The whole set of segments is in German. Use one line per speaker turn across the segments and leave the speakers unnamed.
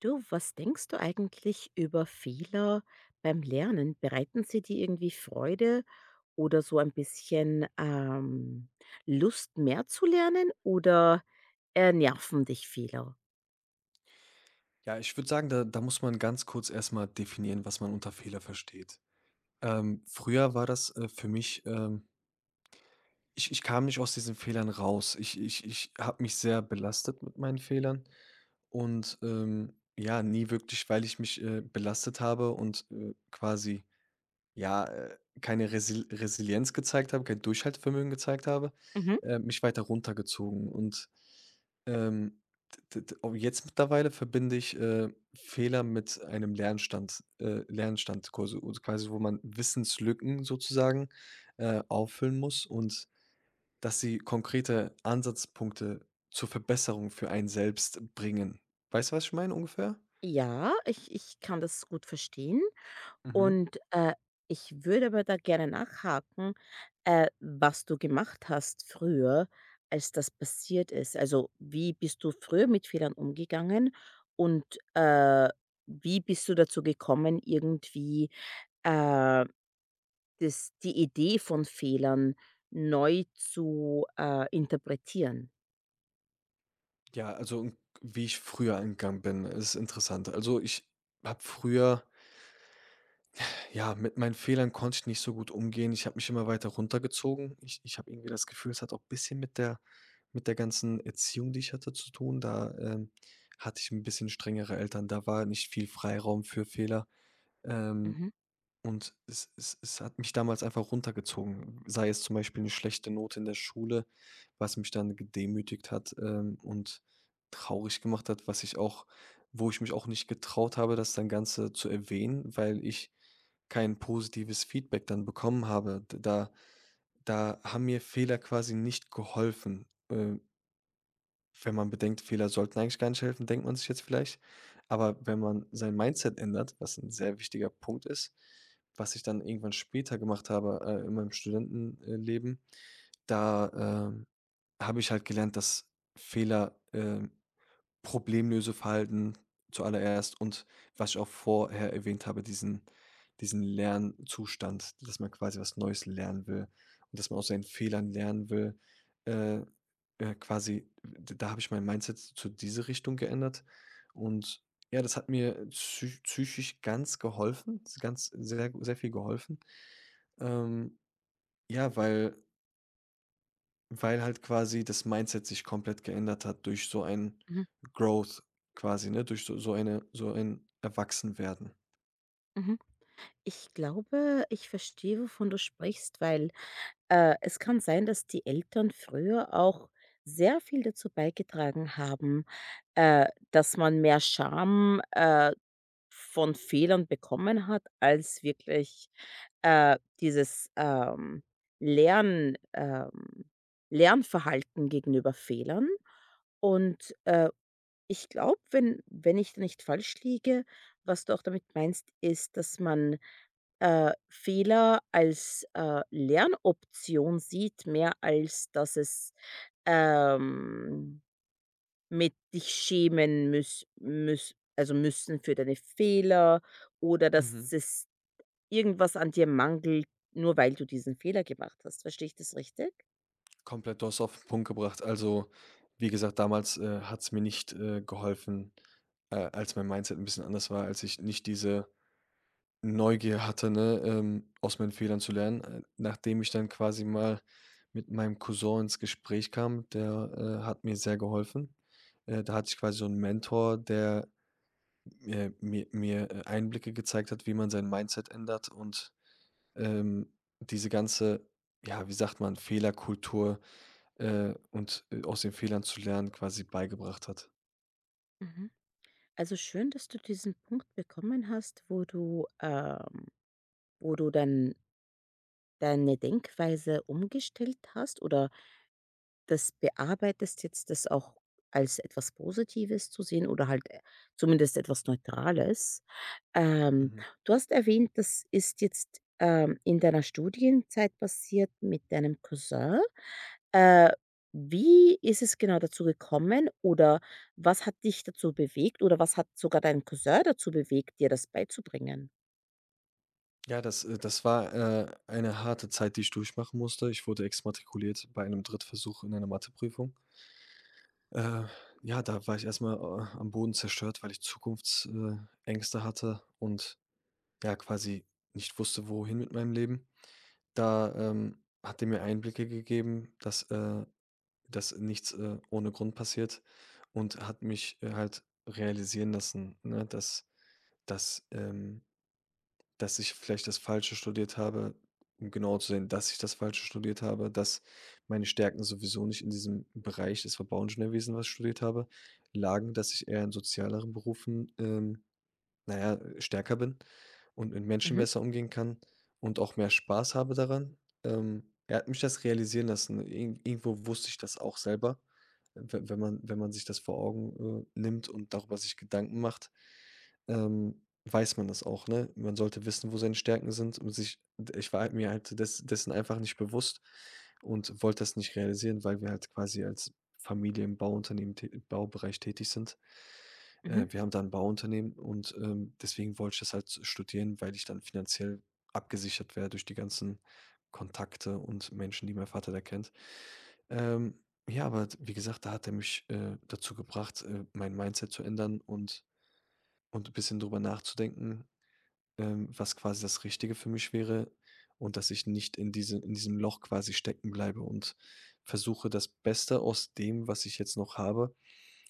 Du, was denkst du eigentlich über Fehler beim Lernen? Bereiten sie dir irgendwie Freude oder so ein bisschen Lust, mehr zu lernen oder nerven dich Fehler?
Ja, ich würde sagen, da muss man ganz kurz erstmal definieren, was man unter Fehler versteht. Früher war das, für mich. Ich kam nicht aus diesen Fehlern raus. Ich habe mich sehr belastet mit meinen Fehlern und, ja, nie wirklich, weil ich mich, belastet habe und, quasi ja, keine Resilienz gezeigt habe, kein Durchhaltevermögen gezeigt habe,
Mhm.
mich weiter runtergezogen. Und ähm, d d d jetzt mittlerweile verbinde ich, Fehler mit einem Lernstand quasi, wo man Wissenslücken sozusagen, auffüllen muss und dass sie konkrete Ansatzpunkte zur Verbesserung für einen selbst bringen. Weißt du, was ich meine ungefähr?
Ja, ich kann das gut verstehen.
Mhm.
Und, äh, Ich würde aber da gerne nachhaken, was du gemacht hast früher, als das passiert ist. Also, wie bist du früher mit Fehlern umgegangen und, äh, wie bist du dazu gekommen, irgendwie, äh, das die Idee von Fehlern neu zu, interpretieren?
Ja, also, n wie ich früher angegangen bin, ist interessant. Also, ich habe früher ja, mit meinen Fehlern konnte ich nicht so gut umgehen. Ich habe mich immer weiter runtergezogen. Ich habe irgendwie das Gefühl, es hat auch ein bisschen mit der ganzen Erziehung, die ich hatte, zu tun. Da, hatte ich ein bisschen strengere Eltern. Da war nicht viel Freiraum für Fehler. Ähm
Mhm,
und es hat mich damals einfach runtergezogen, sei es zum Beispiel eine schlechte Note in der Schule, was mich dann gedemütigt hat, und traurig gemacht hat, was ich auch wo ich mich auch nicht getraut habe, das dann Ganze zu erwähnen, weil ich kein positives Feedback dann bekommen habe. D da da haben mir Fehler quasi nicht geholfen, wenn man bedenkt, Fehler sollten eigentlich gar nicht helfen, denkt man sich jetzt vielleicht. Aber wenn man sein Mindset ändert, was ein sehr wichtiger Punkt ist, was ich dann irgendwann später gemacht habe, in meinem Studentenleben, da, habe ich halt gelernt, dass Fehler, Problemlöseverhalten zuallererst und was ich auch vorher erwähnt habe, diesen Lernzustand, dass man quasi was Neues lernen will und dass man aus seinen Fehlern lernen will. Äh, quasi, d Da habe ich mein Mindset zu diese Richtung geändert und ja, das hat mir psychisch ganz geholfen, ganz sehr viel geholfen. Ähm, ja, weil halt quasi das Mindset sich komplett geändert hat durch so ein
mhm,
Growth quasi, ne? Durch so ein Erwachsenwerden.
mhm. Ich glaube, ich verstehe, wovon du sprichst, weil es kann sein, dass die Eltern früher auch sehr viel dazu beigetragen haben, äh, dass man mehr Scham, von Fehlern bekommen hat, als wirklich, dieses, Lern Lernverhalten gegenüber Fehlern. Und, ich glaube, wenn ich da nicht falsch liege, was du auch damit meinst, ist, dass man Fehler als, Lernoption sieht, mehr als dass es, ähm, mit dich schämen müß also, müssen für deine Fehler oder
Mhm.
dass es irgendwas an dir mangelt, nur weil du diesen Fehler gemacht hast. Verstehe ich das richtig?
Komplett, du auf den Punkt gebracht. Also, wie gesagt, damals, hat es mir nicht, geholfen, als mein Mindset ein bisschen anders war, als ich nicht diese Neugier hatte, ne, aus meinen Fehlern zu lernen. Nachdem ich dann quasi mal mit meinem Cousin ins Gespräch kam, der, hat mir sehr geholfen. Da hatte ich quasi so 'n Mentor, der mir Einblicke gezeigt hat, wie man sein Mindset ändert und, ähm, diese ganze, ja, wie sagt man, Fehlerkultur, und, aus den Fehlern zu lernen quasi beigebracht hat.
Mhm. Also, schön, dass du diesen Punkt bekommen hast, wo du dann deine Denkweise umgestellt hast oder das bearbeitest, jetzt das auch als etwas Positives zu sehen oder halt, zumindest etwas Neutrales. Ähm,
Mhm.
du hast erwähnt, das ist jetzt, in deiner Studienzeit passiert mit deinem Cousin. Äh, wie ist es genau dazu gekommen oder was hat dich dazu bewegt oder was hat sogar deinen Cousin dazu bewegt, dir das beizubringen?
Ja, das das war, eine harte Zeit, die ich durchmachen musste. Ich wurde exmatrikuliert bei einem Drittversuch in einer Matheprüfung. Äh, ja, da war ich erstmal am Boden zerstört, weil ich Zukunftsängste hatte und, ja, quasi nicht wusste, wohin mit meinem Leben. Da, hat er mir Einblicke gegeben, dass, dass nichts, ohne Grund passiert und hat mich, halt realisieren lassen, ne, dass dass, ähm dass ich vielleicht das Falsche studiert habe, um genau zu sehen, dass ich das Falsche studiert habe, dass meine Stärken sowieso nicht in diesem Bereich, das war Bauingenieurwesen, was ich studiert habe, lagen, dass ich eher in sozialeren Berufen, naja stärker bin und mit Menschen
Mhm,
besser umgehen kann und auch mehr Spaß habe daran. Er hat mich das realisieren lassen. Irgendwo wusste ich das auch selber, we wenn man wenn man sich das vor Augen, nimmt und darüber sich Gedanken macht, ähm, weiß man das auch, ne? Man sollte wissen, wo seine Stärken sind und sich ich war halt mir halt dessen einfach nicht bewusst und wollte das nicht realisieren, weil wir halt quasi als Familie im Bauunternehmen tä Baubereich tätig sind.
mhm,
Wir haben da ein Bauunternehmen und, deswegen wollte ich das halt studieren, weil ich dann finanziell abgesichert wäre durch die ganzen Kontakte und Menschen, die mein Vater da kennt. Ähm, ja, aber wie gesagt, da hat er mich, dazu gebracht, mein Mindset zu ändern und ein bisschen drüber nachzudenken, was quasi das Richtige für mich wäre und dass ich nicht in diesem Loch quasi stecken bleibe und versuche, das Beste aus dem, was ich jetzt noch habe,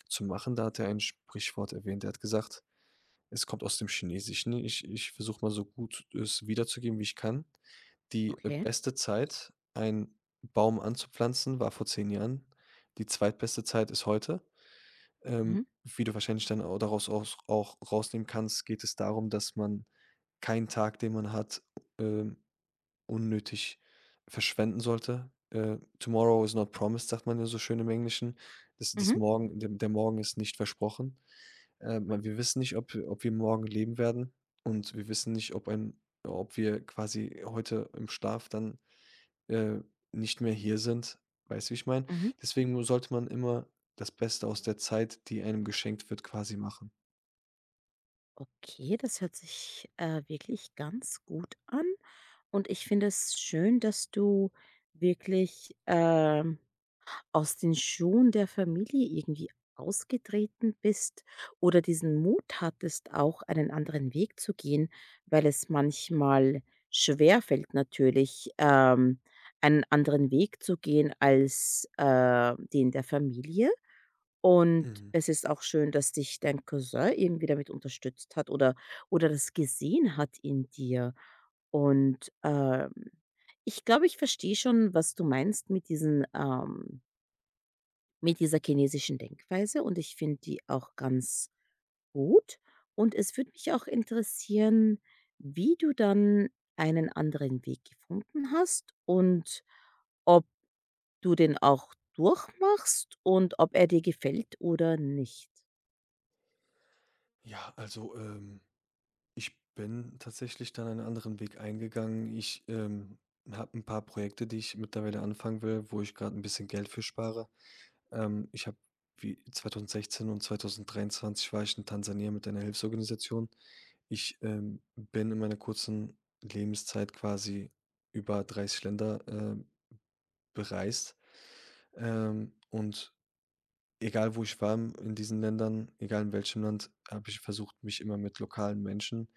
zu machen. Da hat er ein Sprichwort erwähnt. Er hat gesagt, es kommt aus dem Chinesischen. Ich versuche mal so gut es wiederzugeben, wie ich kann. Die,
okay.
beste Zeit, einen Baum anzupflanzen, war vor 10 Jahren. Die zweitbeste Zeit ist heute.
Mhm,
Wie du wahrscheinlich dann au daraus aus auch rausnehmen kannst, geht es darum, dass man keinen Tag, den man hat, ähm, unnötig verschwenden sollte. „Tomorrow is not promised", sagt man ja so schön im Englischen. Das das
mhm,
Morgen der der Morgen ist nicht versprochen. Man Wir wissen nicht, ob ob wir morgen leben werden und wir wissen nicht, ob wir quasi heute im Schlaf dann äh, nicht mehr hier sind. Weißt du, wie ich meine?
mhm.
Deswegen mu sollte man immer das Beste aus der Zeit, die einem geschenkt wird, quasi machen.
Okay, das hört sich, wirklich ganz gut an und ich finde es schön, dass du wirklich, aus den Schuhen der Familie irgendwie ausgetreten bist oder diesen Mut hattest, auch einen anderen Weg zu gehen, weil es manchmal schwer fällt natürlich, einen anderen Weg zu gehen als, den der Familie. Und
Mhm.
es ist auch schön, dass dich dein Cousin irgendwie damit unterstützt hat oder das gesehen hat in dir. Und, ich glaube, ich verstehe schon, was du meinst mit diesen, mit dieser chinesischen Denkweise und ich finde die auch ganz gut. Und es würde mich auch interessieren, wie du dann einen anderen Weg gefunden hast und ob du den auch durchmachst und ob er dir gefällt oder nicht?
Ja, also, ich bin tatsächlich dann einen anderen Weg eingegangen. Ich, habe ein paar Projekte, die ich mittlerweile anfangen will, wo ich gerade ein bisschen Geld für spare. Ich habe wie 2016 und 2023 war ich in Tansania mit einer Hilfsorganisation. Ich, bin in meiner kurzen Lebenszeit quasi über 30 Länder, bereist. Und egal, wo ich war in diesen Ländern, egal in welchem Land, habe ich versucht, mich immer mit lokalen Menschen,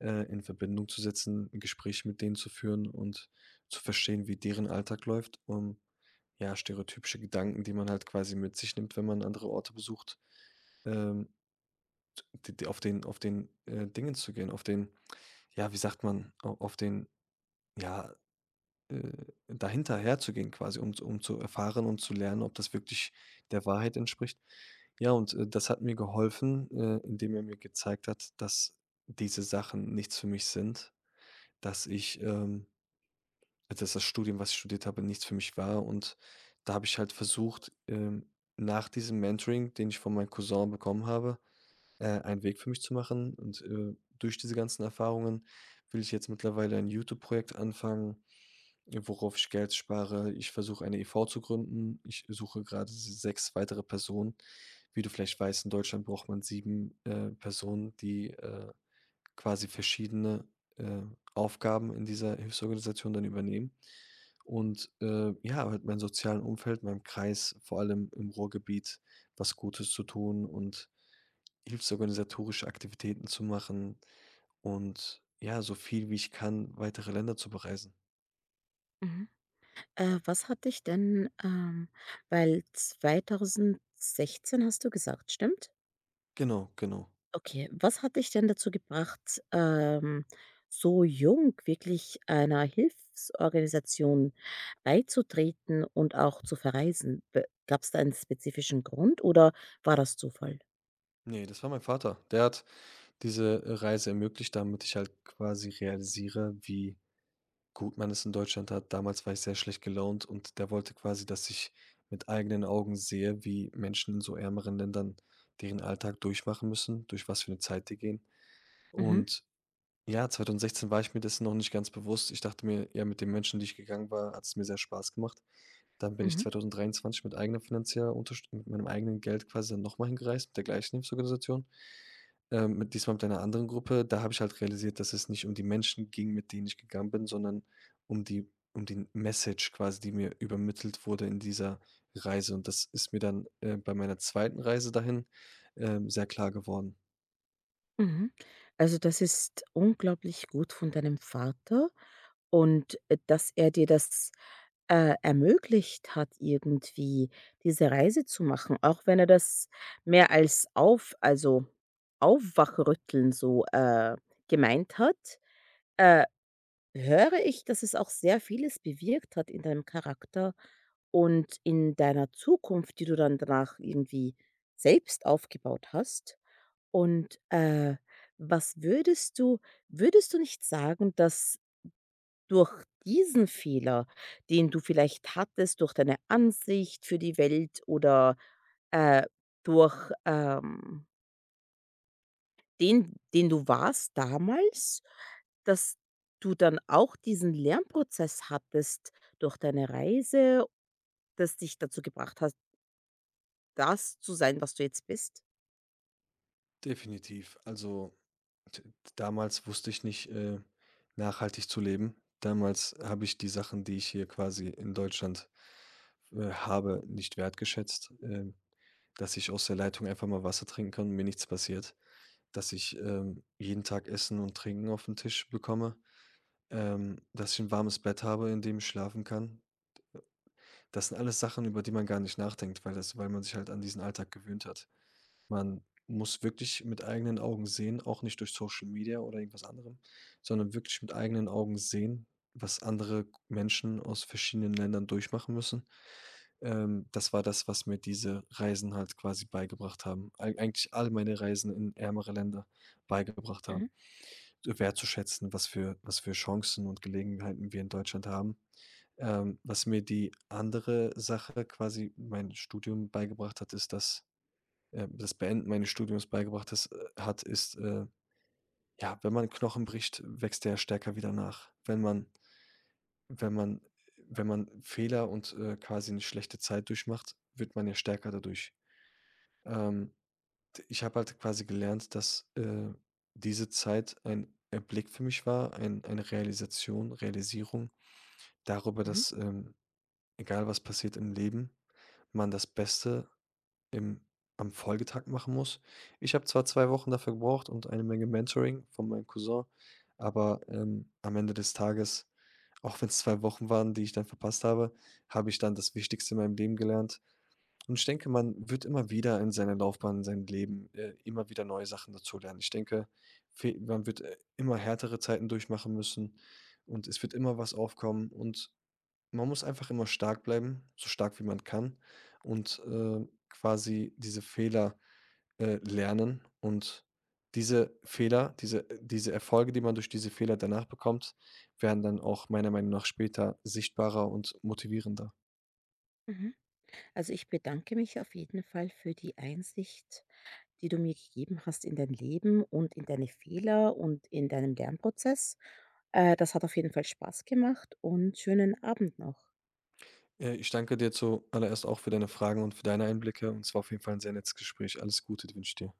in Verbindung zu setzen, 'n Gespräch mit denen zu führen und zu verstehen, wie deren Alltag läuft, um, ja, stereotypische Gedanken, die man halt quasi mit sich nimmt, wenn man andere Orte besucht, ähm, d d auf den auf den Dingen zu gehen, auf den ja, wie sagt man, au auf den, ja, äh, dahinterher zu gehen quasi, um um zu erfahren und zu lernen, ob das wirklich der Wahrheit entspricht. Ja, und, das hat mir geholfen, indem er mir gezeigt hat, dass diese Sachen nichts für mich sind, dass ich, dass das Studium, was ich studiert habe, nichts für mich war. Und da habe ich halt versucht, nach diesem Mentoring, den ich von meinem Cousin bekommen habe, einen Weg für mich zu machen. Und, durch diese ganzen Erfahrungen will ich jetzt mittlerweile ein YouTube-Projekt anfangen, worauf ich Geld spare. Ich versuche, eine e.V. zu gründen. Ich suche gerade 6 weitere Personen. Wie du vielleicht weißt, in Deutschland braucht man 7 Personen, die, quasi verschiedene, äh, Aufgaben in dieser Hilfsorganisation dann übernehmen. Und, ja, halt meinem sozialen Umfeld, meinem Kreis, vor allem im Ruhrgebiet was Gutes zu tun und hilfsorganisatorische Aktivitäten zu machen und ja, so viel wie ich kann, weitere Länder zu bereisen.
Mhm. Was hat dich denn, weil 2016 hast du gesagt, stimmt?
Genau, genau.
Okay. Was hat dich denn dazu gebracht, so jung wirklich einer Hilfsorganisation beizutreten und auch zu verreisen? Gab es da einen spezifischen Grund oder war das Zufall?
Nee, das war mein Vater. Der hat diese, Reise ermöglicht, damit ich halt quasi realisiere, wie gut man es in Deutschland hat. Damals war ich sehr schlecht gelaunt und der wollte quasi, dass ich mit eigenen Augen sehe, wie Menschen in so ärmeren Ländern deren Alltag durchmachen müssen, durch was für eine Zeit die gehen.
Mhm,
Und ja, 2016 war ich mir dessen noch nicht ganz bewusst. Ich dachte mir, ja, mit den Menschen, die ich gegangen war, hat es mir sehr Spaß gemacht. Dann bin ich
mhm,
2023 mit eigener finanzieller Unterstützung, mit meinem eigenen Geld quasi dann noch hingereist, mit der gleichen Hilfsorganisation, mit diesmal mit einer anderen Gruppe. Da habe ich halt realisiert, dass es nicht um die Menschen ging, mit denen ich gegangen bin, sondern um die Message quasi, die mir übermittelt wurde in dieser Reise. Und das ist mir dann, bei meiner zweiten Reise dahin, sehr klar geworden.
mhm. Also, das ist unglaublich gut von deinem Vater, und dass er dir das, ermöglicht hat, irgendwie diese Reise zu machen, auch wenn er das mehr als auf also, Aufwachrütteln so, gemeint hat, äh, höre ich, dass es auch sehr vieles bewirkt hat in deinem Charakter und in deiner Zukunft, die du dann danach irgendwie selbst aufgebaut hast. Und, was würdest du nicht sagen, dass durch diesen Fehler, den du vielleicht hattest, durch deine Ansicht für die Welt oder, äh, durch, den du warst damals, dass du dann auch diesen Lernprozess hattest durch deine Reise, das dich dazu gebracht hat, das zu sein, was du jetzt bist?
Definitiv. Also D Damals wusste ich nicht, nachhaltig zu leben. Damals habe ich die Sachen, die ich hier quasi in Deutschland, habe, nicht wertgeschätzt, dass ich aus der Leitung einfach mal Wasser trinken kann und mir nichts passiert, dass ich, jeden Tag Essen und Trinken auf den Tisch bekomme, dass ich ein warmes Bett habe, in dem ich schlafen kann. Das sind alles Sachen, über die man gar nicht nachdenkt, weil das weil man sich halt an diesen Alltag gewöhnt hat. Man muss wirklich mit eigenen Augen sehen, auch nicht durch Social Media oder irgendwas anderem, sondern wirklich mit eigenen Augen sehen, was andere Menschen aus verschiedenen Ländern durchmachen müssen. Das war das, was mir diese Reisen halt quasi beigebracht haben. Eigentlich all meine Reisen in ärmere Länder beigebracht haben,
Mhm,
so wertzuschätzen, was für Chancen und Gelegenheiten wir in Deutschland haben. Was mir die andere Sache quasi mein Studium beigebracht hat, ist, dass das Beenden meines Studiums beigebracht ist hat, ist, ja, wenn man Knochen bricht, wächst der stärker wieder nach. Wenn man wenn man Fehler und, quasi eine schlechte Zeit durchmacht, wird man ja stärker dadurch. Ähm, d Ich habe halt quasi gelernt, dass, diese Zeit ein Erblick für mich war, eine Realisation Realisierung darüber,
mhm,
dass, egal was passiert im Leben, man das Beste im am Folgetag machen muss. Ich habe zwar 2 Wochen dafür gebraucht und eine Menge Mentoring von meinem Cousin, aber, am Ende des Tages, auch wenn es 2 Wochen waren, die ich dann verpasst habe, habe ich dann das Wichtigste in meinem Leben gelernt. Und ich denke, man wird immer wieder in seiner Laufbahn, in seinem Leben, immer wieder neue Sachen dazulernen. Ich denke, fe man wird, immer härtere Zeiten durchmachen müssen und es wird immer was aufkommen und man muss einfach immer stark bleiben, so stark wie man kann und, quasi diese Fehler, lernen und diese Fehler, diese Erfolge, die man durch diese Fehler danach bekommt, werden dann auch meiner Meinung nach später sichtbarer und motivierender.
mhm. Also, ich bedanke mich auf jeden Fall für die Einsicht, die du mir gegeben hast in dein Leben und in deine Fehler und in deinem Lernprozess. Das hat auf jeden Fall Spaß gemacht und schönen Abend noch.
Ich danke dir zuallererst auch für deine Fragen und für deine Einblicke und es war auf jeden Fall ein sehr nettes Gespräch. Alles Gute wünsche ich dir.